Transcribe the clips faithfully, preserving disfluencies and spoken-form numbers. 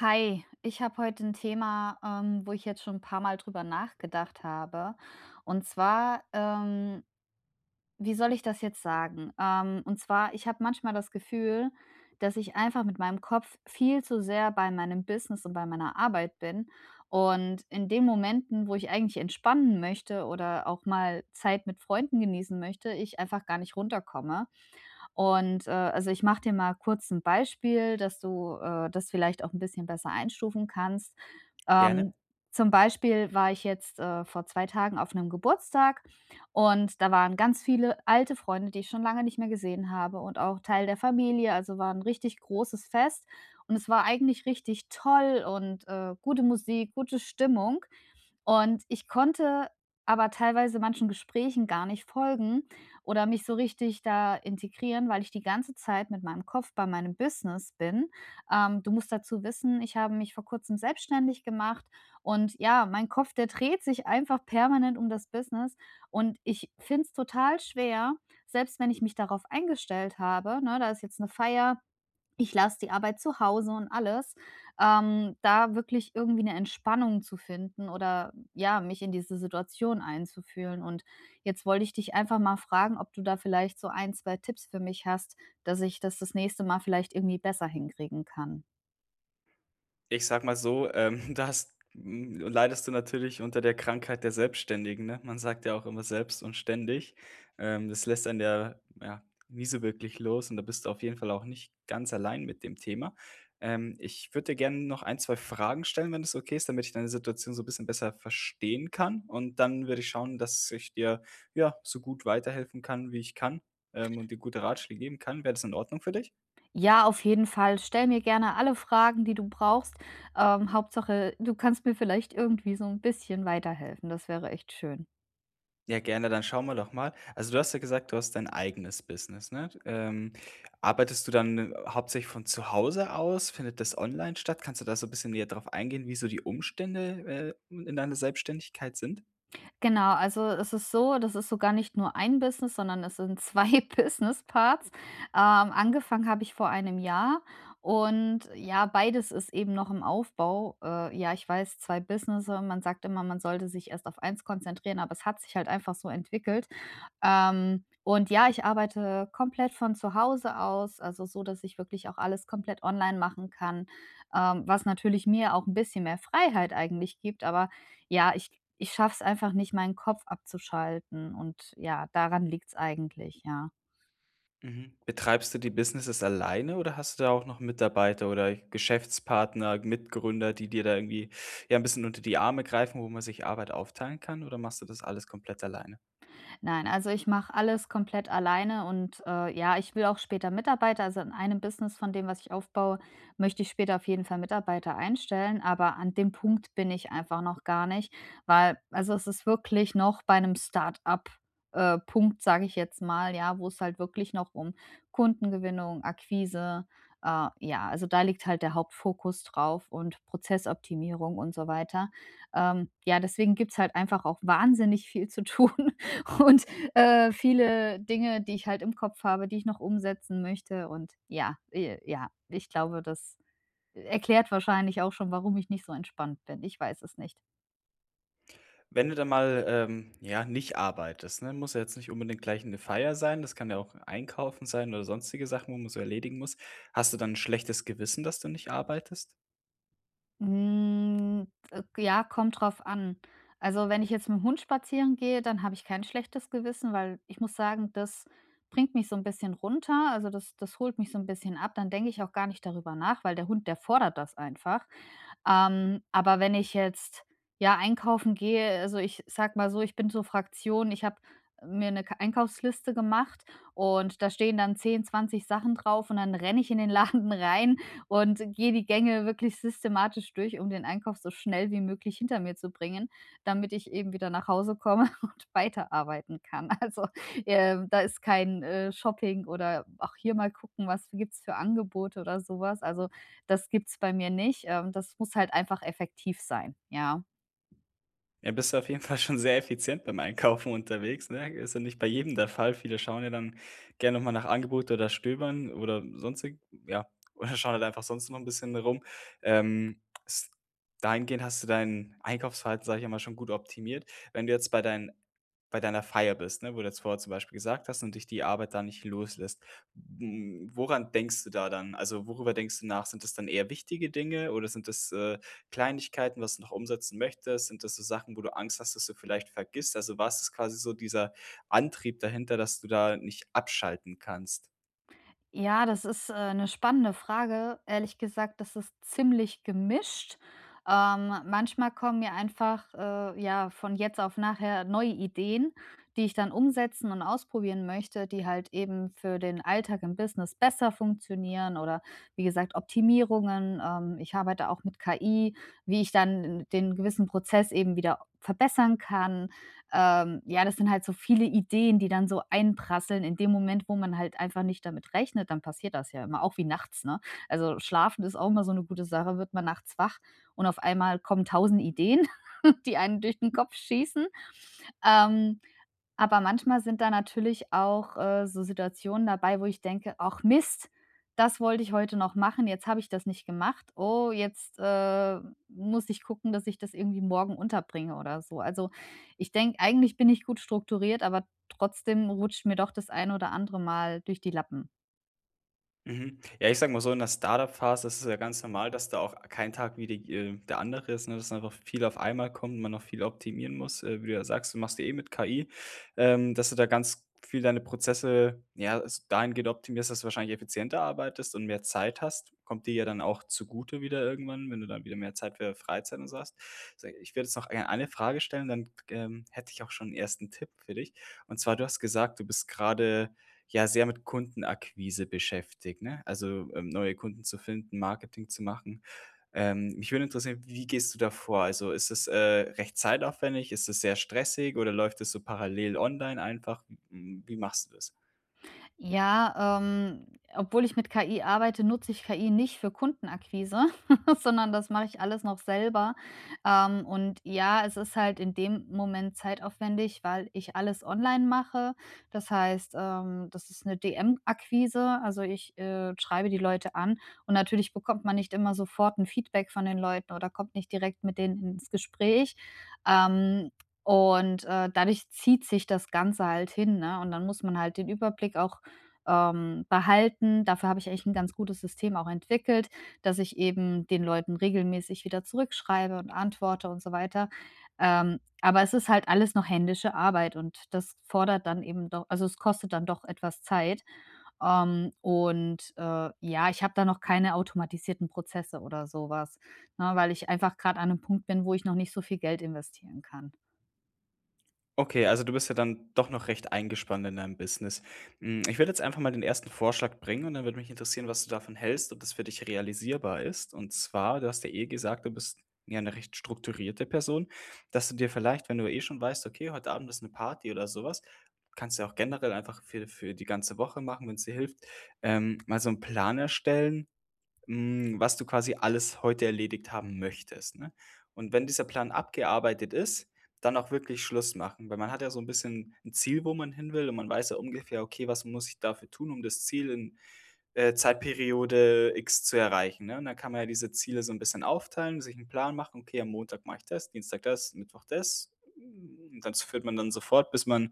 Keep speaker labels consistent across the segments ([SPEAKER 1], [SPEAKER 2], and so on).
[SPEAKER 1] Hi, ich habe heute ein Thema, ähm, wo ich jetzt schon ein paar Mal drüber nachgedacht habe. Und zwar, ähm, wie soll ich das jetzt sagen? Ähm, und zwar, ich habe manchmal das Gefühl, dass ich einfach mit meinem Kopf viel zu sehr bei meinem Business und bei meiner Arbeit bin. Und in den Momenten, wo ich eigentlich entspannen möchte oder auch mal Zeit mit Freunden genießen möchte, ich einfach gar nicht runterkomme. Und, äh, also, ich mache dir mal kurz ein Beispiel, dass du, äh, das vielleicht auch ein bisschen besser einstufen kannst.
[SPEAKER 2] Gerne.
[SPEAKER 1] Ähm, zum Beispiel war ich jetzt, äh, vor zwei Tagen auf einem Geburtstag und da waren ganz viele alte Freunde, die ich schon lange nicht mehr gesehen habe und auch Teil der Familie, also, war ein richtig großes Fest und es war eigentlich richtig toll und, äh, gute Musik, gute Stimmung. Und ich konnte aber teilweise manchen Gesprächen gar nicht folgen oder mich so richtig da integrieren, weil ich die ganze Zeit mit meinem Kopf bei meinem Business bin. Ähm, du musst dazu wissen, ich habe mich vor Kurzem selbstständig gemacht und ja, mein Kopf, der dreht sich einfach permanent um das Business und ich finde es total schwer, selbst wenn ich mich darauf eingestellt habe, ne, da ist jetzt eine Feier, ich lasse die Arbeit zu Hause und alles, ähm, da wirklich irgendwie 'ne Entspannung zu finden oder, ja, mich in diese Situation einzufühlen. Und jetzt wollte ich dich einfach mal fragen, ob du da vielleicht so ein zwei Tipps für mich hast, dass ich das das nächste Mal vielleicht irgendwie besser hinkriegen kann.
[SPEAKER 2] Ich sage mal so, ähm, da hast hm, leidest du natürlich unter der Krankheit der Selbstständigen, ne? Man sagt ja auch immer selbst und ständig. Ähm, das lässt einen ja, ja, nie so wirklich los und da bist du auf jeden Fall auch nicht ganz allein mit dem Thema. Ähm, ich würde dir gerne noch ein zwei Fragen stellen, wenn das okay ist, damit ich deine Situation so 'n bisschen besser verstehen kann. Und dann würde ich schauen, dass ich dir, ja, so gut weiterhelfen kann, wie ich kann, ähm, und dir gute Ratschläge geben kann. Wäre das in Ordnung für dich?
[SPEAKER 1] Ja, auf jeden Fall. Stell mir gerne alle Fragen, die du brauchst. Ähm, Hauptsache, du kannst mir vielleicht irgendwie so 'n bisschen weiterhelfen. Das wäre echt schön.
[SPEAKER 2] Ja, gerne, dann schauen wir doch mal. Also, du hast ja gesagt, du hast dein eigenes Business, ne? Ähm, arbeitest du dann äh, hauptsächlich von zu Hause aus? Findet das online statt? Kannst du da so ein bisschen näher drauf eingehen, wie so die Umstände, äh, in deiner Selbstständigkeit sind?
[SPEAKER 1] Genau, also es ist so, das ist sogar nicht nur ein Business, sondern es sind zwei Business Parts. Ähm, angefangen habe ich vor einem Jahr und ja, beides ist eben noch im Aufbau. Äh, ja, ich weiß, zwei Business. Man sagt immer, man sollte sich erst auf eins konzentrieren, aber es hat sich halt einfach so entwickelt, ähm, und ja, ich arbeite komplett von zu Hause aus, also so, dass ich wirklich auch alles komplett online machen kann, ähm, was natürlich mir auch ein bisschen mehr Freiheit eigentlich gibt. Aber ja, ich ich schaffe es einfach nicht, meinen Kopf abzuschalten und ja, daran liegt's eigentlich, ja.
[SPEAKER 2] Mhm. Betreibst du die Businesses alleine oder hast du da auch noch Mitarbeiter oder Geschäftspartner, Mitgründer, die dir da irgendwie, ja, ein bisschen unter die Arme greifen, wo man sich Arbeit aufteilen kann, oder machst du das alles komplett alleine?
[SPEAKER 1] Nein, also ich mache alles komplett alleine und, äh, ja, ich will auch später Mitarbeiter, also in einem Business von dem, was ich aufbaue, möchte ich später auf jeden Fall Mitarbeiter einstellen, aber an dem Punkt bin ich einfach noch gar nicht, weil, also, es ist wirklich noch bei einem Start-up, äh, Punkt, sage ich jetzt mal, ja, wo es halt wirklich noch um Kundengewinnung, Akquise, äh, ja, also da liegt halt der Hauptfokus drauf und Prozessoptimierung und so weiter. Ähm, ja, deswegen gibt's halt einfach auch wahnsinnig viel zu tun und, äh, viele Dinge, die ich halt im Kopf habe, die ich noch umsetzen möchte und ja, äh, ja, ich glaube, das erklärt wahrscheinlich auch schon, warum ich nicht so entspannt bin. Ich weiß es nicht.
[SPEAKER 2] Wenn du dann mal, ähm, ja, nicht arbeitest, ne? Muss ja jetzt nicht unbedingt gleich eine Feier sein, das kann ja auch einkaufen sein oder sonstige Sachen, wo man so erledigen muss. Hast du dann ein schlechtes Gewissen, dass du nicht arbeitest?
[SPEAKER 1] Hm, äh, ja, kommt drauf an. Also, wenn ich jetzt mit dem Hund spazieren gehe, dann habe ich kein schlechtes Gewissen, weil, ich muss sagen, das bringt mich so ein bisschen runter. Also, das das holt mich so ein bisschen ab. Dann denke ich auch gar nicht darüber nach, weil der Hund, der fordert das einfach. Ähm, aber wenn ich jetzt, ja, einkaufen gehe, also, ich sag mal so, ich bin so Fraktion, ich habe mir eine K Einkaufsliste gemacht und da stehen dann zehn, zwanzig Sachen drauf und dann renne ich in den Laden rein und gehe die Gänge wirklich systematisch durch, um den Einkauf so schnell wie möglich hinter mir zu bringen, damit ich eben wieder nach Hause komme und weiterarbeiten kann. Also, ähm, da ist kein, äh, Shopping oder auch hier mal gucken, was gibt's für Angebote oder sowas. Also, das gibt's bei mir nicht. Ähm, das muss halt einfach effektiv sein, ja.
[SPEAKER 2] Ja, bist du auf jeden Fall schon sehr effizient beim Einkaufen unterwegs, ne? Ist ja nicht bei jedem der Fall. Viele schauen ja dann gerne noch mal nach Angebot oder stöbern oder sonstig ja, oder schauen halt einfach sonst noch ein bisschen rum. Ähm, s Dahingehend hast du dein Einkaufsverhalten, sage ich ja mal schon gut optimiert. Wenn du jetzt bei deinen bei deiner Feier bist, ne, wo du jetzt vorher zum Beispiel gesagt hast und dich die Arbeit da nicht loslässt, hm, woran denkst du da dann? Also, worüber denkst du nach? Sind das dann eher wichtige Dinge oder sind das, äh, Kleinigkeiten, was du noch umsetzen möchtest? Sind das so Sachen, wo du Angst hast, dass du vielleicht vergisst? Also, was ist quasi so dieser Antrieb dahinter, dass du da nicht abschalten kannst?
[SPEAKER 1] Ja, das ist, äh, 'ne spannende Frage. Ehrlich gesagt, das ist ziemlich gemischt. Ähm, manchmal kommen mir einfach, äh, ja, von jetzt auf nachher neue Ideen, die ich dann umsetzen und ausprobieren möchte, die halt eben für den Alltag im Business besser funktionieren oder, wie gesagt, Optimierungen. Ähm, ich arbeite auch mit K I, wie ich dann den gewissen Prozess eben wieder verbessern kann. Ähm, ja, das sind halt so viele Ideen, die dann so einprasseln in dem Moment, wo man halt einfach nicht damit rechnet, dann passiert das ja immer, auch wie nachts, ne? Also, Schlafen ist auch immer so eine gute Sache, wird man nachts wach und auf einmal kommen tausend Ideen, die einen durch den Kopf schießen. Ähm aber manchmal sind da natürlich auch, äh, so Situationen dabei, wo ich denke: „Ach Mist, das wollte ich heute noch machen, jetzt habe ich das nicht gemacht. Oh, jetzt, äh, muss ich gucken, dass ich das irgendwie morgen unterbringe oder so.“ Also, ich denke, eigentlich bin ich gut strukturiert, aber trotzdem rutscht mir doch das ein oder andere Mal durch die Lappen.
[SPEAKER 2] Mhm. Ja, ich sage mal so, in der Startup-Phase ist es ja ganz normal, dass da auch kein Tag wie die, äh, der andere ist, ne? Dass einfach viel auf einmal kommt, man noch viel optimieren muss. Äh, wie du ja sagst, du machst ja eh mit K I, ähm, dass du da ganz viel deine Prozesse ja, s- dahingehend optimierst, dass du wahrscheinlich effizienter arbeitest und mehr Zeit hast. Kommt dir ja dann auch zugute wieder irgendwann, wenn du dann wieder mehr Zeit für Freizeit und so hast. So, ich werde jetzt noch ein- eine Frage stellen, dann ähm, hätte ich auch schon einen ersten Tipp für dich. Und zwar, du hast gesagt, du bist gerade ja sehr mit Kundenakquise beschäftigt, ne? Also, ähm, neue Kunden zu finden, Marketing zu machen. Ähm, mich würde interessieren, wie gehst du da vor? Also, ist es, äh, recht zeitaufwendig? Ist es sehr stressig oder läuft es so parallel online einfach? Hm, wie machst du das?
[SPEAKER 1] Ja, ähm, obwohl ich mit K I arbeite, nutze ich K I nicht für Kundenakquise, sondern das mache ich alles noch selber. Ähm, und ja, es ist halt in dem Moment zeitaufwendig, weil ich alles online mache. Das heißt, ähm, das ist 'ne D M-Akquise, also ich, äh, schreibe die Leute an und natürlich bekommt man nicht immer sofort ein Feedback von den Leuten oder kommt nicht direkt mit denen ins Gespräch. Ähm, und, äh, dadurch zieht sich das Ganze halt hin, ne? Und dann muss man halt den Überblick auch ähm, behalten. Dafür habe ich eigentlich ein ganz gutes System auch entwickelt, dass ich eben den Leuten regelmäßig wieder zurückschreibe und antworte und so weiter. Ähm, aber es ist halt alles noch händische Arbeit und das fordert dann eben doch, also, es kostet dann doch etwas Zeit. Ähm, und, äh, ja, ich habe da noch keine automatisierten Prozesse oder sowas, ne, weil ich einfach gerade an einem Punkt bin, wo ich noch nicht so viel Geld investieren kann.
[SPEAKER 2] Okay, also du bist ja dann doch noch recht eingespannt in deinem Business. Hm, ich werde jetzt einfach mal den ersten Vorschlag bringen und dann würde mich interessieren, was du davon hältst, ob das für dich realisierbar ist. Und zwar, du hast ja eh gesagt, du bist ja eine recht strukturierte Person, dass du dir vielleicht, wenn du eh schon weißt: „Okay, heute Abend ist eine Party“ oder sowas, kannst du ja auch generell einfach für für die ganze Woche machen, wenn es dir hilft, ähm, mal so einen Plan erstellen, hm, was du quasi alles heute erledigt haben möchtest, ne? Und wenn dieser Plan abgearbeitet ist, dann auch wirklich Schluss machen, weil man hat ja so ein bisschen ein Ziel, wo man hin will und man weiß ja ungefähr: „Okay, was muss ich dafür tun, um das Ziel in äh, Zeitperiode X zu erreichen, ne? Und dann kann man ja diese Ziele so ein bisschen aufteilen, sich einen Plan machen: „Okay, am Montag mache ich das, Dienstag das, Mittwoch das.“ Und das führt man dann sofort, bis man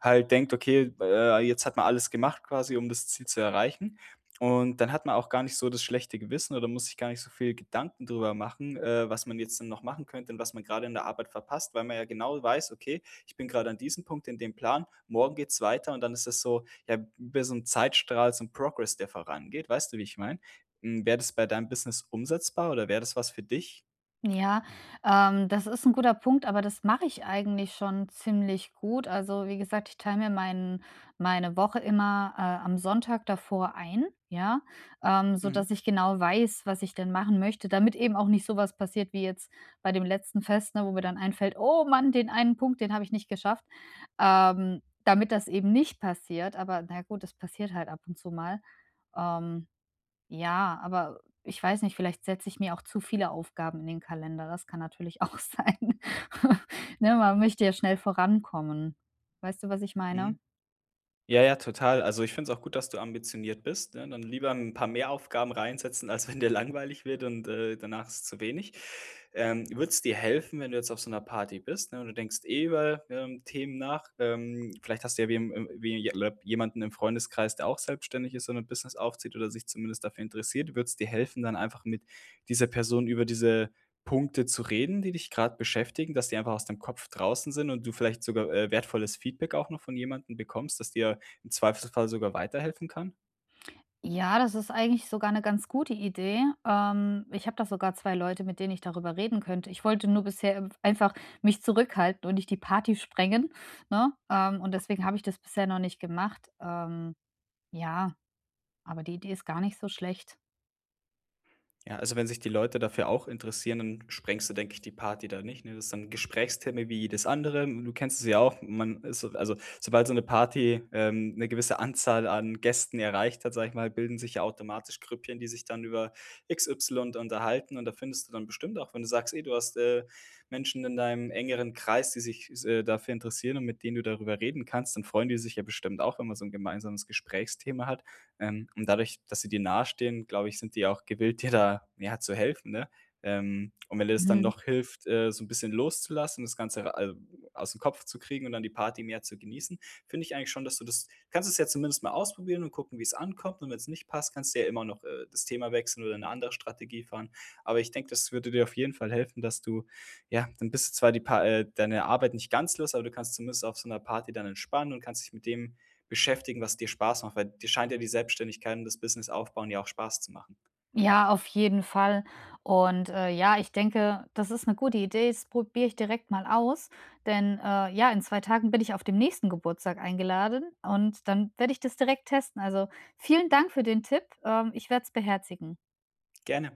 [SPEAKER 2] halt denkt: „Okay, äh, jetzt hat man alles gemacht quasi, um das Ziel zu erreichen.“ Und dann hat man auch gar nicht so das schlechte Gewissen oder muss sich gar nicht so viel Gedanken drüber machen, äh, was man jetzt dann noch machen könnte und was man gerade in der Arbeit verpasst, weil man ja genau weiß: „Okay, ich bin gerade an diesem Punkt in dem Plan, morgen geht's weiter.“ Und dann ist es so ja, über so 'n Zeitstrahl, so 'n Progress, der vorangeht. Weißt du, wie ich meine? Hm, wäre das bei deinem Business umsetzbar oder wäre das was für dich?
[SPEAKER 1] Ja, ähm, das ist ein guter Punkt, aber das mache ich eigentlich schon ziemlich gut. Also, wie gesagt, ich teile mir meinen meine Woche immer, äh, am Sonntag davor ein, ja, ähm,
[SPEAKER 2] Mhm.
[SPEAKER 1] sodass ich genau weiß, was ich denn machen möchte, damit eben auch nicht sowas passiert wie jetzt bei dem letzten Fest, ne, wo mir dann einfällt: „Oh Mann, den einen Punkt, den habe ich nicht geschafft.“ Ähm, damit das eben nicht passiert, aber na gut, das passiert halt ab und zu mal. Ähm ja, aber ich weiß nicht, vielleicht setze ich mir auch zu viele Aufgaben in den Kalender. Das kann natürlich auch sein. Ne, man möchte ja schnell vorankommen. Weißt du, was ich meine?
[SPEAKER 2] Mhm. Ja, ja, total. Also, ich finde es auch gut, dass du ambitioniert bist, ne? Dann lieber ein paar mehr Aufgaben reinsetzen, als wenn dir langweilig wird und, äh, danach ist zu wenig. Ähm, würd's dir helfen, wenn du jetzt auf so einer Party bist, ne, und du denkst eh über, ähm, Themen nach? Ähm, vielleicht hast du ja wem äh, wie je lep jemanden im Freundeskreis, der auch selbstständig ist und ein Business aufzieht oder sich zumindest dafür interessiert. Würd's dir helfen, dann einfach mit dieser Person über diese Punkte zu reden, die dich gerade beschäftigen, dass die einfach aus deinem Kopf draußen sind und du vielleicht sogar, äh, wertvolles Feedback auch noch von jemandem bekommst, dass dir im Zweifelsfall sogar weiterhelfen kann?
[SPEAKER 1] Ja, das ist eigentlich sogar eine ganz gute Idee. Ähm, ich habe da sogar zwei Leute, mit denen ich darüber reden könnte. Ich wollte nur bisher einfach mich zurückhalten und nicht die Party sprengen, ne? Ähm, und deswegen habe ich das bisher noch nicht gemacht. Ähm, ja, aber die Idee ist gar nicht so schlecht.
[SPEAKER 2] Ja, also wenn sich die Leute dafür auch interessieren, dann sprengst du, denke ich, die Party da nicht, ne? Das ist dann ein Gesprächsthema wie jedes andere. Du kennst es ja auch, man ist so- also, sobald so eine Party, ähm, 'ne gewisse Anzahl an Gästen erreicht hat, sage ich mal, bilden sich ja automatisch Grüppchen, die sich dann über X Y unterhalten und da findest du dann bestimmt auch, wenn du sagst, ey, du hast, äh, Menschen in deinem engeren Kreis, die sich äh, dafür interessieren und mit denen du darüber reden kannst, dann freuen die sich ja bestimmt auch, wenn man so ein gemeinsames Gesprächsthema hat. Ähm, und dadurch, dass sie dir nahestehen, glaube ich, sind die auch gewillt, dir da, ja, zu helfen, ne? Ähm, und wenn dir das dann
[SPEAKER 1] Mhm.
[SPEAKER 2] noch hilft, äh, so ein bisschen loszulassen, das Ganze, äh, aus dem Kopf zu kriegen und dann die Party mehr zu genießen, finde ich eigentlich schon, dass du das kannst es ja zumindest mal ausprobieren und gucken, wie es ankommt. Und wenn es nicht passt, kannst du ja immer noch, äh, das Thema wechseln oder eine andere Strategie fahren. Aber ich denke, das würde dir auf jeden Fall helfen, dass du ja, dann bist du zwar die Pa äh, deine Arbeit nicht ganz los, aber du kannst zumindest auf so einer Party dann entspannen und kannst dich mit dem beschäftigen, was dir Spaß macht, weil dir scheint ja die Selbstständigkeit und das Business aufbauen ja auch Spaß zu machen.
[SPEAKER 1] Ja, auf jeden Fall. Und, äh, ja, ich denke, das ist eine gute Idee. Das probiere ich direkt mal aus, denn, äh, ja, in zwei Tagen bin ich auf dem nächsten Geburtstag eingeladen und dann werde ich das direkt testen. Also, vielen Dank für den Tipp. Ähm, ich werde es beherzigen.
[SPEAKER 2] Gerne.